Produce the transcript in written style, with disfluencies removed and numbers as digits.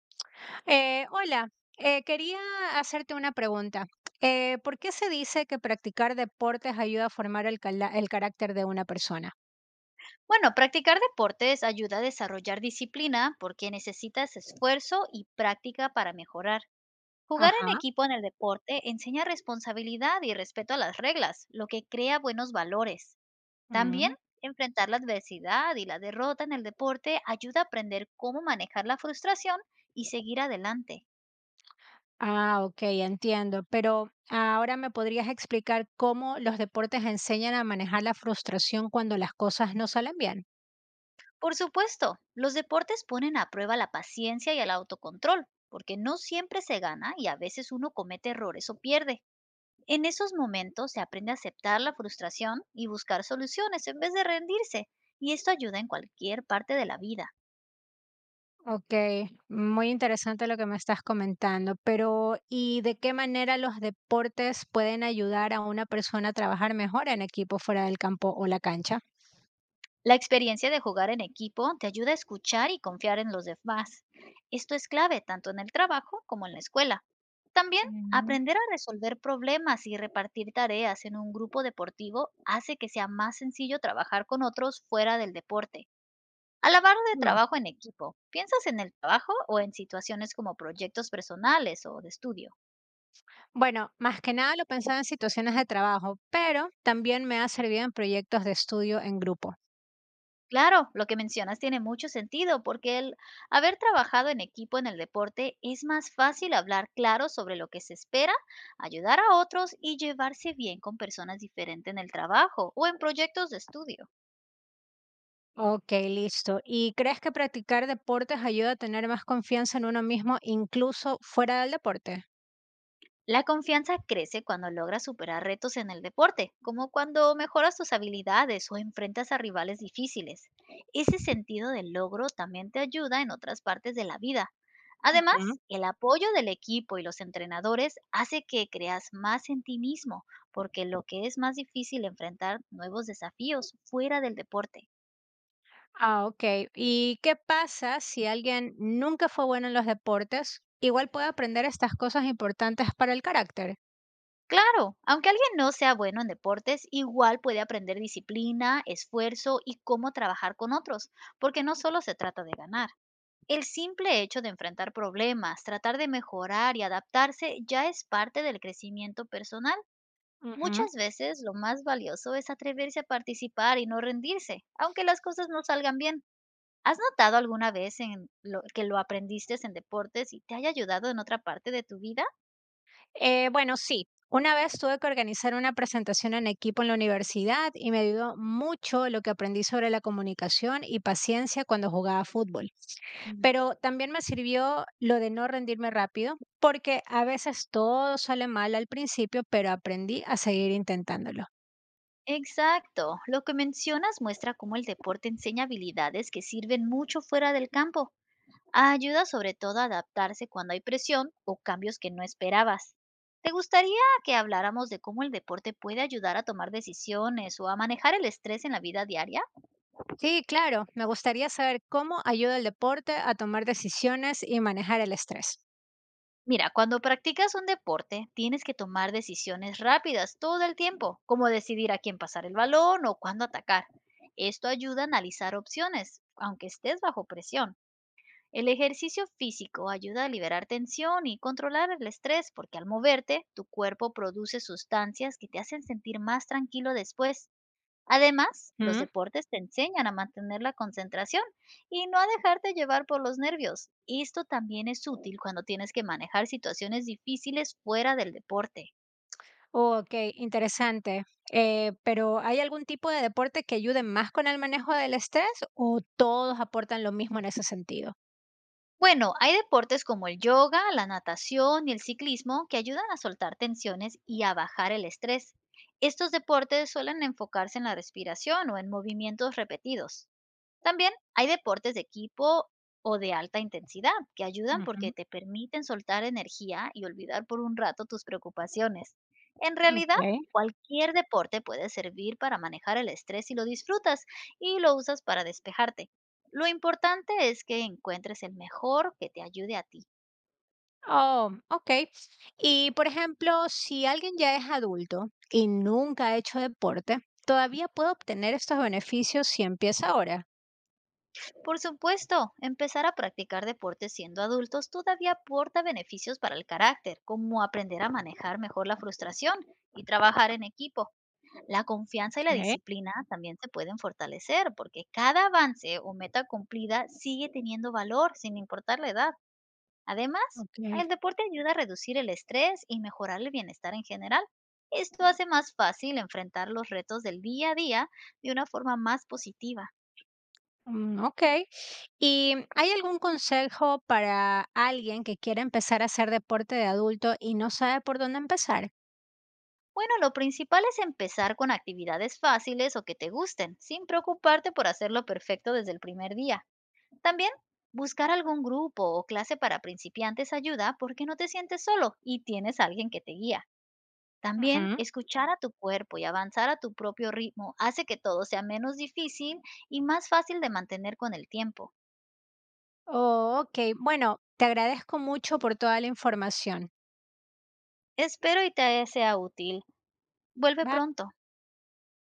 Hola, quería hacerte una pregunta. ¿Por qué se dice que practicar deportes ayuda a formar el carácter de una persona? Bueno, practicar deportes ayuda a desarrollar disciplina porque necesitas esfuerzo y práctica para mejorar. Jugar en Ajá. equipo en el deporte enseña responsabilidad y respeto a las reglas, lo que crea buenos valores. También mm, enfrentar la adversidad y la derrota en el deporte ayuda a aprender cómo manejar la frustración y seguir adelante. Ah, ok, entiendo. Pero ahora me podrías explicar cómo los deportes enseñan a manejar la frustración cuando las cosas no salen bien. Por supuesto, los deportes ponen a prueba la paciencia y el autocontrol, porque no siempre se gana y a veces uno comete errores o pierde. En esos momentos se aprende a aceptar la frustración y buscar soluciones en vez de rendirse, y esto ayuda en cualquier parte de la vida. Ok, muy interesante lo que me estás comentando, pero ¿y de qué manera los deportes pueden ayudar a una persona a trabajar mejor en equipo fuera del campo o la cancha? La experiencia de jugar en equipo te ayuda a escuchar y confiar en los demás. Esto es clave tanto en el trabajo como en la escuela. También Ujú. aprender a resolver problemas y repartir tareas en un grupo deportivo hace que sea más sencillo trabajar con otros fuera del deporte. Al hablar de Mm, trabajo en equipo, ¿piensas en el trabajo o en situaciones como proyectos personales o de estudio? Bueno, más que nada lo pensaba en situaciones de trabajo, pero también me ha servido en proyectos de estudio en grupo. Claro, lo que mencionas tiene mucho sentido porque el haber trabajado en equipo en el deporte es más fácil hablar claro sobre lo que se espera, ayudar a otros y llevarse bien con personas diferentes en el trabajo o en proyectos de estudio. Ok, listo. ¿Y crees que practicar deportes ayuda a tener más confianza en uno mismo incluso fuera del deporte? La confianza crece cuando logras superar retos en el deporte, como cuando mejoras tus habilidades o enfrentas a rivales difíciles. Ese sentido de logro también te ayuda en otras partes de la vida. Ujú. Además, el apoyo del equipo y los entrenadores hace que creas más en ti mismo, porque lo que es más difícil enfrentar nuevos desafíos fuera del deporte. Ah, ok. ¿Y qué pasa si alguien nunca fue bueno en los deportes? Igual puede aprender estas cosas importantes para el carácter. Claro, aunque alguien no sea bueno en deportes, igual puede aprender disciplina, esfuerzo y cómo trabajar con otros, porque no solo se trata de ganar. El simple hecho de enfrentar problemas, tratar de mejorar y adaptarse ya es parte del crecimiento personal. Ujú. Muchas veces lo más valioso es atreverse a participar y no rendirse, aunque las cosas no salgan bien. ¿Has notado alguna vez que lo aprendiste en deportes y te haya ayudado en otra parte de tu vida? Bueno, sí. Una vez tuve que organizar una presentación en equipo en la universidad y me ayudó mucho lo que aprendí sobre la comunicación y paciencia cuando jugaba fútbol. Pero también me sirvió lo de no rendirme rápido, porque a veces todo sale mal al principio, pero aprendí a seguir intentándolo. Exacto. Lo que mencionas muestra cómo el deporte enseña habilidades que sirven mucho fuera del campo. Ayuda sobre todo a adaptarse cuando hay presión o cambios que no esperabas. ¿Te gustaría que habláramos de cómo el deporte puede ayudar a tomar decisiones o a manejar el estrés en la vida diaria? Sí, claro, me gustaría saber cómo ayuda el deporte a tomar decisiones y manejar el estrés. Mira, cuando practicas un deporte, tienes que tomar decisiones rápidas todo el tiempo, como decidir a quién pasar el balón o cuándo atacar. Esto ayuda a analizar opciones, aunque estés bajo presión. El ejercicio físico ayuda a liberar tensión y controlar el estrés porque al moverte, tu cuerpo produce sustancias que te hacen sentir más tranquilo después. Además, los deportes te enseñan a mantener la concentración y no a dejarte llevar por los nervios. Esto también es útil cuando tienes que manejar situaciones difíciles fuera del deporte. Okey, interesante. Pero, ¿hay algún tipo de deporte que ayude más con el manejo del estrés o todos aportan lo mismo en ese sentido? Bueno, hay deportes como el yoga, la natación y el ciclismo que ayudan a soltar tensiones y a bajar el estrés. Estos deportes suelen enfocarse en la respiración o en movimientos repetidos. También hay deportes de equipo o de alta intensidad que ayudan Ujú, porque te permiten soltar energía y olvidar por un rato tus preocupaciones. En realidad, okey. cualquier deporte puede servir para manejar el estrés si lo disfrutas y lo usas para despejarte. Lo importante es que encuentres el mejor que te ayude a ti. Oh, okey. Y, por ejemplo, si alguien ya es adulto y nunca ha hecho deporte, ¿todavía puede obtener estos beneficios si empieza ahora? Por supuesto, empezar a practicar deportes siendo adultos todavía aporta beneficios para el carácter, como aprender a manejar mejor la frustración y trabajar en equipo. La confianza y la Okey, disciplina también se pueden fortalecer porque cada avance o meta cumplida sigue teniendo valor sin importar la edad. Además, okey. el deporte ayuda a reducir el estrés y mejorar el bienestar en general. Esto hace más fácil enfrentar los retos del día a día de una forma más positiva. Mm, okey. ¿Y hay algún consejo para alguien que quiere empezar a hacer deporte de adulto y no sabe por dónde empezar? Bueno, lo principal es empezar con actividades fáciles o que te gusten, sin preocuparte por hacerlo perfecto desde el primer día. También buscar algún grupo o clase para principiantes ayuda porque no te sientes solo y tienes a alguien que te guía. También Ujú. escuchar a tu cuerpo y avanzar a tu propio ritmo hace que todo sea menos difícil y más fácil de mantener con el tiempo. Oh, okey. Bueno, te agradezco mucho por toda la información. Espero y te sea útil. Vuelve Ba pronto.